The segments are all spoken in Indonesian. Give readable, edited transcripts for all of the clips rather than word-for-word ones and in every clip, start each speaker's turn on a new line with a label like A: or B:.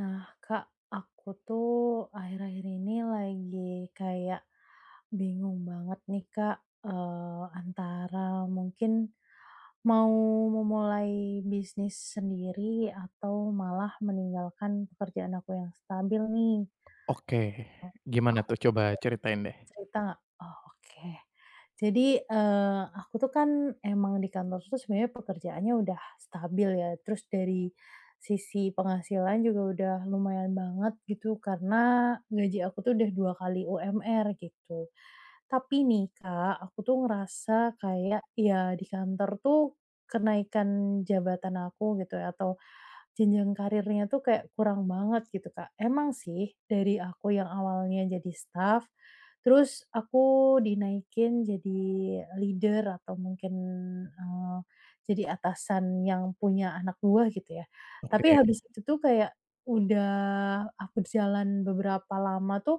A: Nah, Kak, aku tuh akhir-akhir ini lagi kayak bingung banget nih, Kak, antara mungkin mau memulai bisnis sendiri atau malah meninggalkan pekerjaan aku yang stabil nih.
B: Oke, gimana
A: Aku
B: tuh? Coba ceritain deh.
A: cerita? Oh, oke. Jadi, aku tuh kan emang di kantor tuh sebenarnya pekerjaannya udah stabil ya, terus dari sisi penghasilan juga udah lumayan banget gitu, karena gaji aku tuh udah 2 kali UMR gitu. Tapi nih, Kak, aku tuh ngerasa kayak ya di kantor tuh kenaikan jabatan aku gitu ya atau jenjang karirnya tuh kayak kurang banget gitu, Kak. Emang sih dari aku yang awalnya jadi staff, terus aku dinaikin jadi leader atau mungkin, eee, jadi atasan yang punya anak buah gitu ya.
B: Oke.
A: Tapi habis itu tuh kayak udah aku jalan beberapa lama tuh,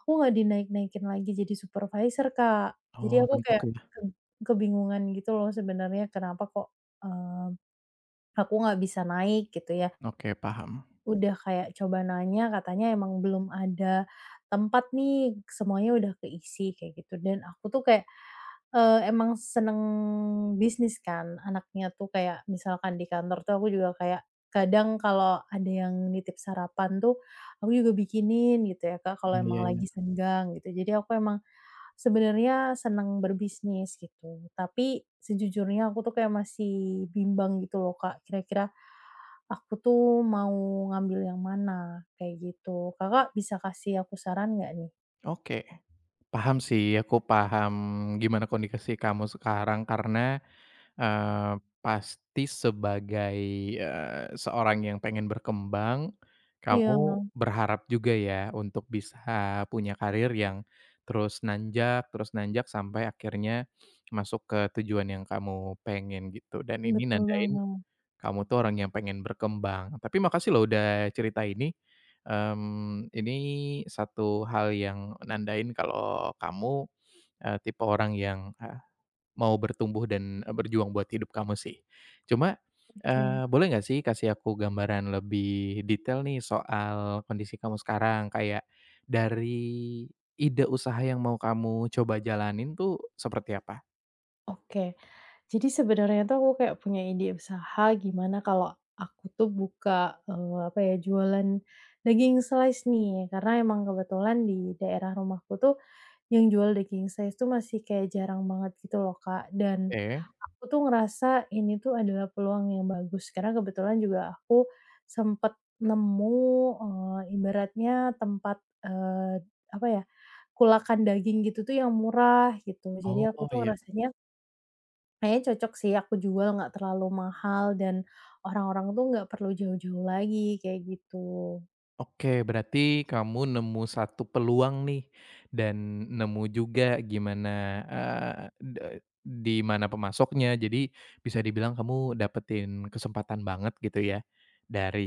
A: aku nggak dinaik-naikin lagi jadi supervisor, Kak. Jadi
B: Oh,
A: aku
B: mentok
A: kayak
B: ya?
A: ke kebingungan gitu loh sebenarnya kenapa kok, eee, aku nggak bisa naik gitu ya.
B: Oke, paham.
A: Udah kayak coba nanya katanya emang belum ada tempat nih, semuanya udah keisi kayak gitu dan aku tuh kayak, emang seneng bisnis kan anaknya tuh kayak misalkan di kantor tuh aku juga kayak kadang kalau ada yang nitip sarapan tuh aku juga bikinin gitu ya Kak, kalau
B: Iya, iya,
A: emang mhm
B: iya.
A: lagi senggang gitu. Jadi aku emang sebenarnya seneng berbisnis gitu, tapi sejujurnya aku tuh kayak masih bimbang gitu loh Kak, kira-kira aku tuh mau ngambil yang mana, kayak gitu. Kakak bisa kasih aku saran nggak nih?
B: Oke, paham sih, aku paham gimana kondisi kamu sekarang karena, eee, pasti sebagai, seorang yang pengen berkembang, kamu
A: Iya,
B: berharap juga ya untuk bisa punya karir yang terus nanjak sampai akhirnya masuk ke tujuan yang kamu pengen gitu dan ini
A: betul
B: nandain
A: banget.
B: kamu tuh orang yang pengen berkembang. Tapi makasih loh udah cerita ini. Ini satu hal yang nandain kalau kamu, tipe orang yang, mau bertumbuh dan, berjuang buat hidup kamu sih. Cuma,
A: Oke,
B: boleh nggak sih kasih aku gambaran lebih detail nih soal kondisi kamu sekarang? Kayak dari ide usaha yang mau kamu coba jalanin tuh seperti apa?
A: oke. Jadi sebenarnya tuh aku kayak punya ide usaha gimana kalau aku tuh buka eh, apa ya, jualan daging slice nih karena emang kebetulan di daerah rumahku tuh yang jual the king size tuh masih kayak jarang banget gitu loh, Kak, dan
B: Oke.
A: aku tuh ngerasa ini tuh adalah peluang yang bagus karena kebetulan juga aku sempet nemu, ibaratnya tempat, eee, apa ya, kulakan daging gitu tuh yang murah gitu. Jadi
B: Oh,
A: aku tuh
B: iya.
A: ngerasanya kayaknya cocok sih aku jual nggak terlalu mahal dan orang-orang tuh nggak perlu jauh-jauh lagi kayak gitu.
B: Oke, berarti kamu nemu satu peluang nih dan nemu juga gimana, eee, de di mana pemasoknya. Jadi bisa dibilang kamu dapetin kesempatan banget gitu ya dari,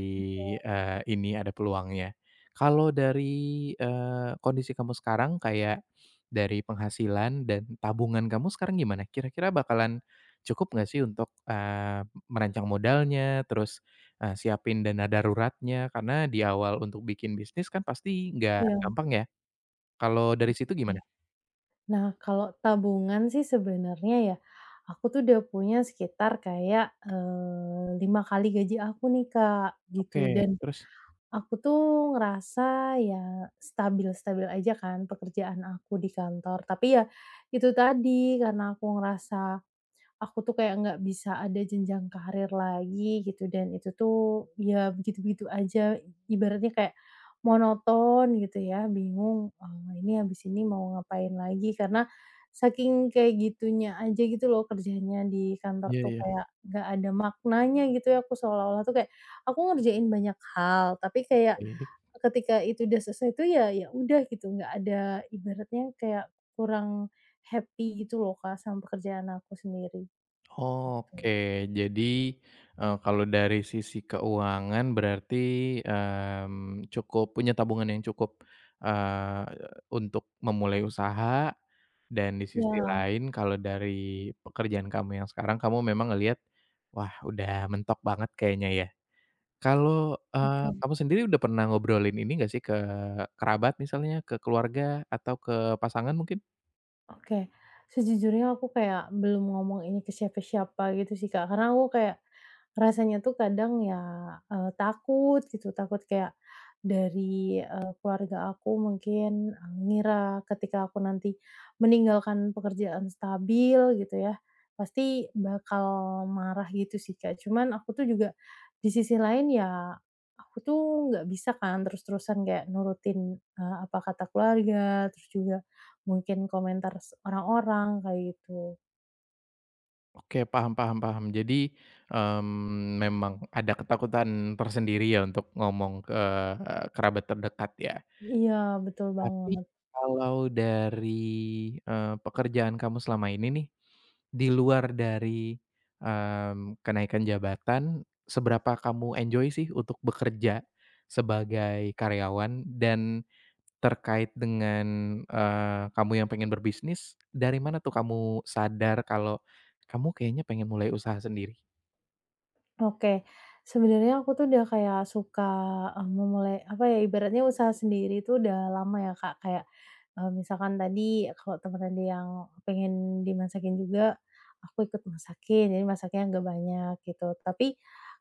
B: ini ada peluangnya. Kalau dari, kondisi kamu sekarang kayak dari penghasilan dan tabungan kamu sekarang gimana? Kira-kira bakalan cukup nggak sih untuk, merancang modalnya, terus siapin dana daruratnya, karena di awal untuk bikin bisnis kan pasti nggak
A: Iya,
B: gampang ya. Kalau dari situ gimana?
A: oke. Nah, kalau tabungan sih sebenarnya ya, aku tuh udah punya sekitar kayak, 5 kali gaji aku nih, Kak, gitu.
B: Oke,
A: Dan
B: terus?
A: aku tuh ngerasa ya stabil-stabil aja kan pekerjaan aku di kantor. Tapi ya itu tadi, karena aku ngerasa aku tuh kayak nggak bisa ada jenjang karir lagi gitu dan itu tuh ya begitu-begitu aja ibaratnya kayak monoton gitu ya bingung, ini habis ini mau ngapain lagi karena saking kayak gitunya aja gitu loh kerjanya di kantor
B: Iya,
A: tuh
B: iya,
A: kayak nggak ada maknanya gitu ya aku seolah-olah tuh kayak aku ngerjain banyak hal tapi kayak
B: baik.
A: ketika itu udah selesai tuh ya ya udah gitu nggak ada ibaratnya kayak kurang happy gitu loh Kak sama pekerjaan aku sendiri. Oke.
B: Oke, jadi, kalau dari sisi keuangan berarti, cukup punya tabungan yang cukup, eee, untuk memulai usaha, dan di sisi
A: Iya,
B: lain kalau dari pekerjaan kamu yang sekarang, kamu memang ngelihat, "Wah, udah mentok banget kayaknya ya." Kalau,
A: oke.
B: kamu sendiri udah pernah ngobrolin ini nggak sih ke kerabat misalnya, ke keluarga, atau ke pasangan mungkin?
A: Oke, sejujurnya aku kayak belum ngomong ini ke siapa-siapa gitu sih, Kak, karena aku kayak rasanya tuh kadang ya, takut gitu, takut kayak dari, keluarga aku mungkin, ngira ketika aku nanti meninggalkan pekerjaan stabil gitu ya, pasti bakal marah gitu sih, Kak. Cuman aku tuh juga di sisi lain ya, aku tuh nggak bisa kan terus-terusan kayak nurutin, apa kata keluarga, terus juga mungkin komentar orang-orang kayak gitu.
B: Oke, paham, paham, paham. Jadi, memang ada ketakutan tersendiri ya untuk ngomong ke, kerabat terdekat ya.
A: Iya, betul
B: Tapi
A: banget.
B: kalau dari, pekerjaan kamu selama ini nih, di luar dari, kenaikan jabatan, seberapa kamu enjoy sih untuk bekerja sebagai karyawan dan terkait dengan, kamu yang pengen berbisnis, dari mana tuh kamu sadar kalau kamu kayaknya pengen mulai usaha sendiri?
A: Oke, sebenarnya aku tuh udah kayak suka, memulai apa ya, ibaratnya usaha sendiri itu udah lama ya, Kak. Kayak, misalkan tadi kalau temen ada yang pengen dimasakin juga, aku ikut masakin, jadi masaknya nggak banyak gitu. Tapi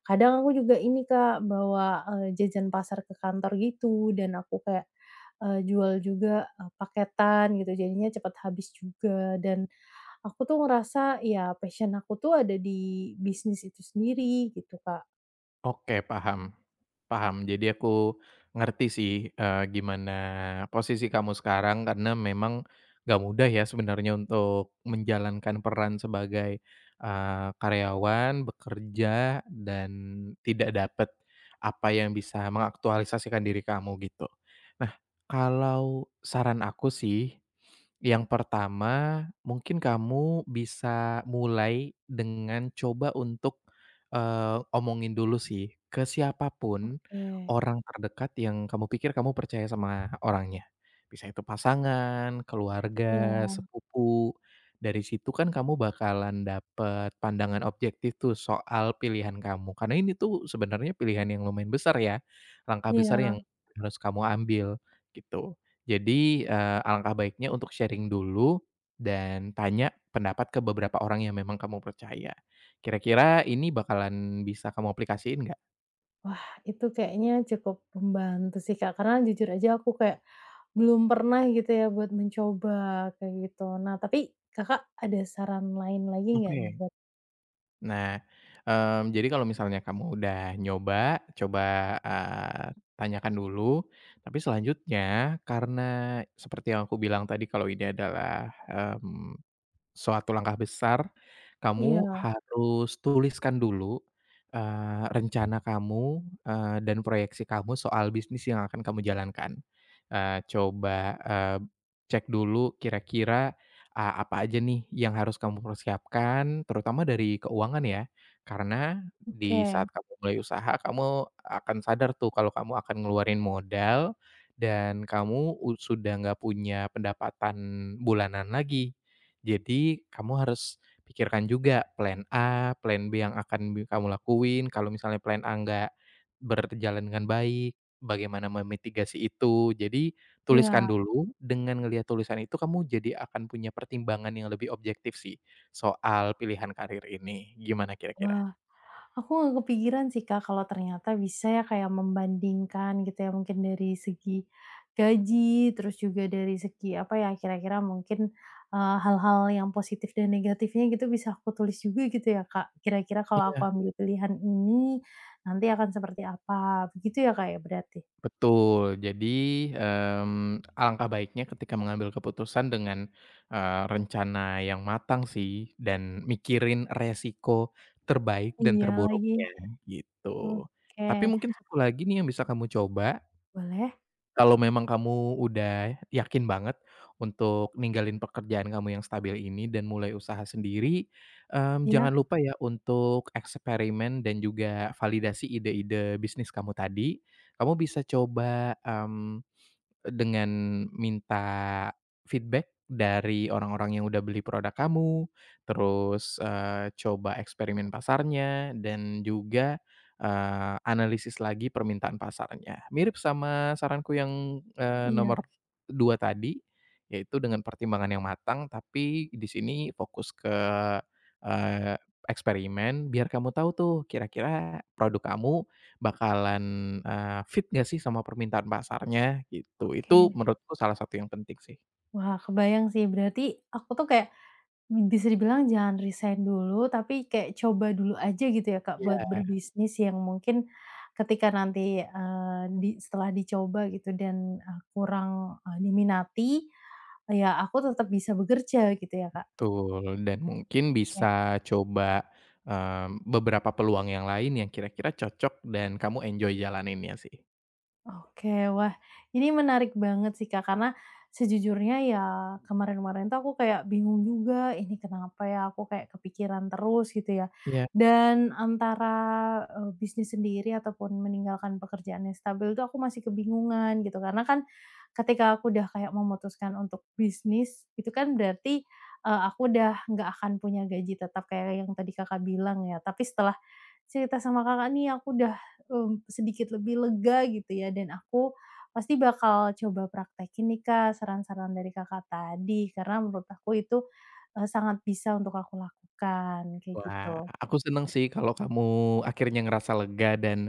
A: kadang aku juga ini, Kak, bawa, jajan pasar ke kantor gitu dan aku kayak, jual juga, paketan gitu, jadinya cepat habis juga dan aku tuh ngerasa ya passion aku tuh ada di bisnis itu sendiri gitu, Kak.
B: Oke, paham. Paham, jadi aku ngerti sih, gimana posisi kamu sekarang karena memang gak mudah ya sebenarnya untuk menjalankan peran sebagai, karyawan, bekerja, dan tidak dapat apa yang bisa mengaktualisasikan diri kamu, gitu. Nah, kalau saran aku sih, yang pertama mungkin kamu bisa mulai dengan coba untuk omongin dulu sih, ke siapapun
A: Oke.
B: orang terdekat yang kamu pikir kamu percaya sama orangnya. Bisa itu pasangan, keluarga,
A: Iya,
B: sepupu. Dari situ kan kamu bakalan dapet pandangan objektif tuh soal pilihan kamu, karena ini tuh sebenarnya pilihan yang lumayan besar ya, langkah besar yang
A: iya.
B: harus kamu ambil, gitu. Jadi, alangkah baiknya untuk sharing dulu dan tanya pendapat ke beberapa orang yang memang kamu percaya. Kira-kira ini bakalan bisa kamu aplikasiin nggak?
A: Wah, itu kayaknya cukup membantu sih, Kak, karena jujur aja aku kayak belum pernah gitu ya buat mencoba kayak gitu. Nah, tapi Kakak ada saran lain lagi nggak nih
B: Oke.
A: buat
B: Nah, jadi kalau misalnya kamu udah nyoba, coba, eee, tanyakan dulu, tapi selanjutnya karena seperti yang aku bilang tadi kalau ini adalah, mmm suatu langkah besar, kamu
A: iya,
B: harus tuliskan dulu, rencana kamu, dan proyeksi kamu soal bisnis yang akan kamu jalankan. Coba, cek dulu kira-kira, apa aja nih yang harus kamu persiapkan, terutama dari keuangan ya. Karena di
A: oke.
B: saat kamu mulai usaha, kamu akan sadar tuh kalau kamu akan ngeluarin modal dan kamu sudah nggak punya pendapatan bulanan lagi. Jadi kamu harus pikirkan juga plan A, plan B yang akan kamu lakuin, kalau misalnya plan A nggak berjalan dengan baik, bagaimana memitigasi itu. Jadi tuliskan
A: Iya,
B: dulu, dengan ngelihat tulisan itu kamu jadi akan punya pertimbangan yang lebih objektif sih, soal pilihan karir ini. Gimana kira-kira?
A: wah. Aku nggak kepikiran sih Kak, kalau ternyata bisa ya kayak membandingkan gitu ya, mungkin dari segi gaji, terus juga dari segi apa ya, kira-kira mungkin, hal-hal yang positif dan negatifnya gitu bisa aku tulis juga gitu ya Kak, kira-kira kalau aku
B: Iya.
A: ambil pilihan ini, nanti akan seperti apa, begitu ya Kak ya berarti?
B: Betul. Jadi, alangkah baiknya ketika mengambil keputusan dengan, rencana yang matang sih dan mikirin resiko terbaik dan
A: Iya lagi,
B: terburuknya, gitu. Tapi
A: oke,
B: mungkin satu lagi nih yang bisa kamu coba,
A: boleh?
B: kalau memang kamu udah yakin banget untuk ninggalin pekerjaan kamu yang stabil ini dan mulai usaha sendiri,
A: Iya?
B: jangan lupa ya untuk eksperimen dan juga validasi ide-ide bisnis kamu tadi. Kamu bisa coba, dengan minta feedback dari orang-orang yang udah beli produk kamu, terus, coba eksperimen pasarnya, dan juga, analisis lagi permintaan pasarnya. Mirip sama saranku yang,
A: Iya,
B: nomor 2 tadi, yaitu dengan pertimbangan yang matang, tapi di sini fokus ke, eee, eksperimen biar kamu tahu tuh kira-kira produk kamu bakalan, fit nggak sih sama permintaan pasarnya gitu, itu
A: oke.
B: menurutku salah satu yang penting sih.
A: Wah, kebayang sih. Berarti aku tuh kayak bisa dibilang jangan resign dulu, tapi kayak coba dulu aja gitu ya, Kak, buat
B: Iya.
A: berbisnis yang mungkin ketika nanti, di setelah dicoba gitu dan, kurang, diminati, ya aku tetap bisa bekerja gitu ya, Kak?
B: Betul, dan mungkin bisa coba, beberapa peluang yang lain yang kira-kira cocok dan kamu enjoy jalaninnya sih.
A: Oke, wah, ini menarik banget sih Kak, karena sejujurnya ya kemarin-kemarin tuh aku kayak bingung juga, ini kenapa ya aku kayak kepikiran terus gitu ya.
B: Iya.
A: Dan antara, bisnis sendiri ataupun meninggalkan pekerjaan yang stabil tuh aku masih kebingungan gitu, karena kan ketika aku udah kayak memutuskan untuk bisnis, itu kan berarti, aku udah nggak akan punya gaji tetap kayak yang tadi Kakak bilang ya. Tapi setelah cerita sama Kakak nih aku udah mmm, sedikit lebih lega gitu ya dan aku pasti bakal coba praktekin nih Kak saran-saran dari Kakak tadi karena menurut aku itu, sangat bisa untuk aku lakukan kayak
B: Wah,
A: gitu.
B: aku seneng sih kalau kamu akhirnya ngerasa lega dan,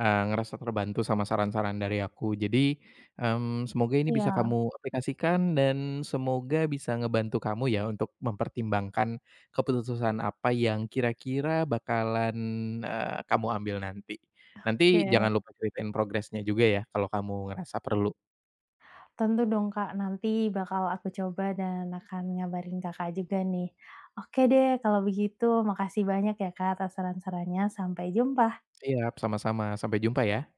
B: ngerasa terbantu sama saran-saran dari aku. Jadi, semoga ini bisa
A: Iya,
B: kamu aplikasikan dan semoga bisa ngebantu kamu ya untuk mempertimbangkan keputusan apa yang kira-kira bakalan, kamu ambil nanti. Nanti jangan
A: oke.
B: lupa ceritain progresnya juga ya kalau kamu ngerasa perlu.
A: Tentu dong Kak, nanti bakal aku coba dan akan ngabarin Kakak juga nih. Oke deh kalau begitu makasih banyak ya Kak atas saran-sarannya, sampai jumpa.
B: Siap, sama-sama. Sampai jumpa ya.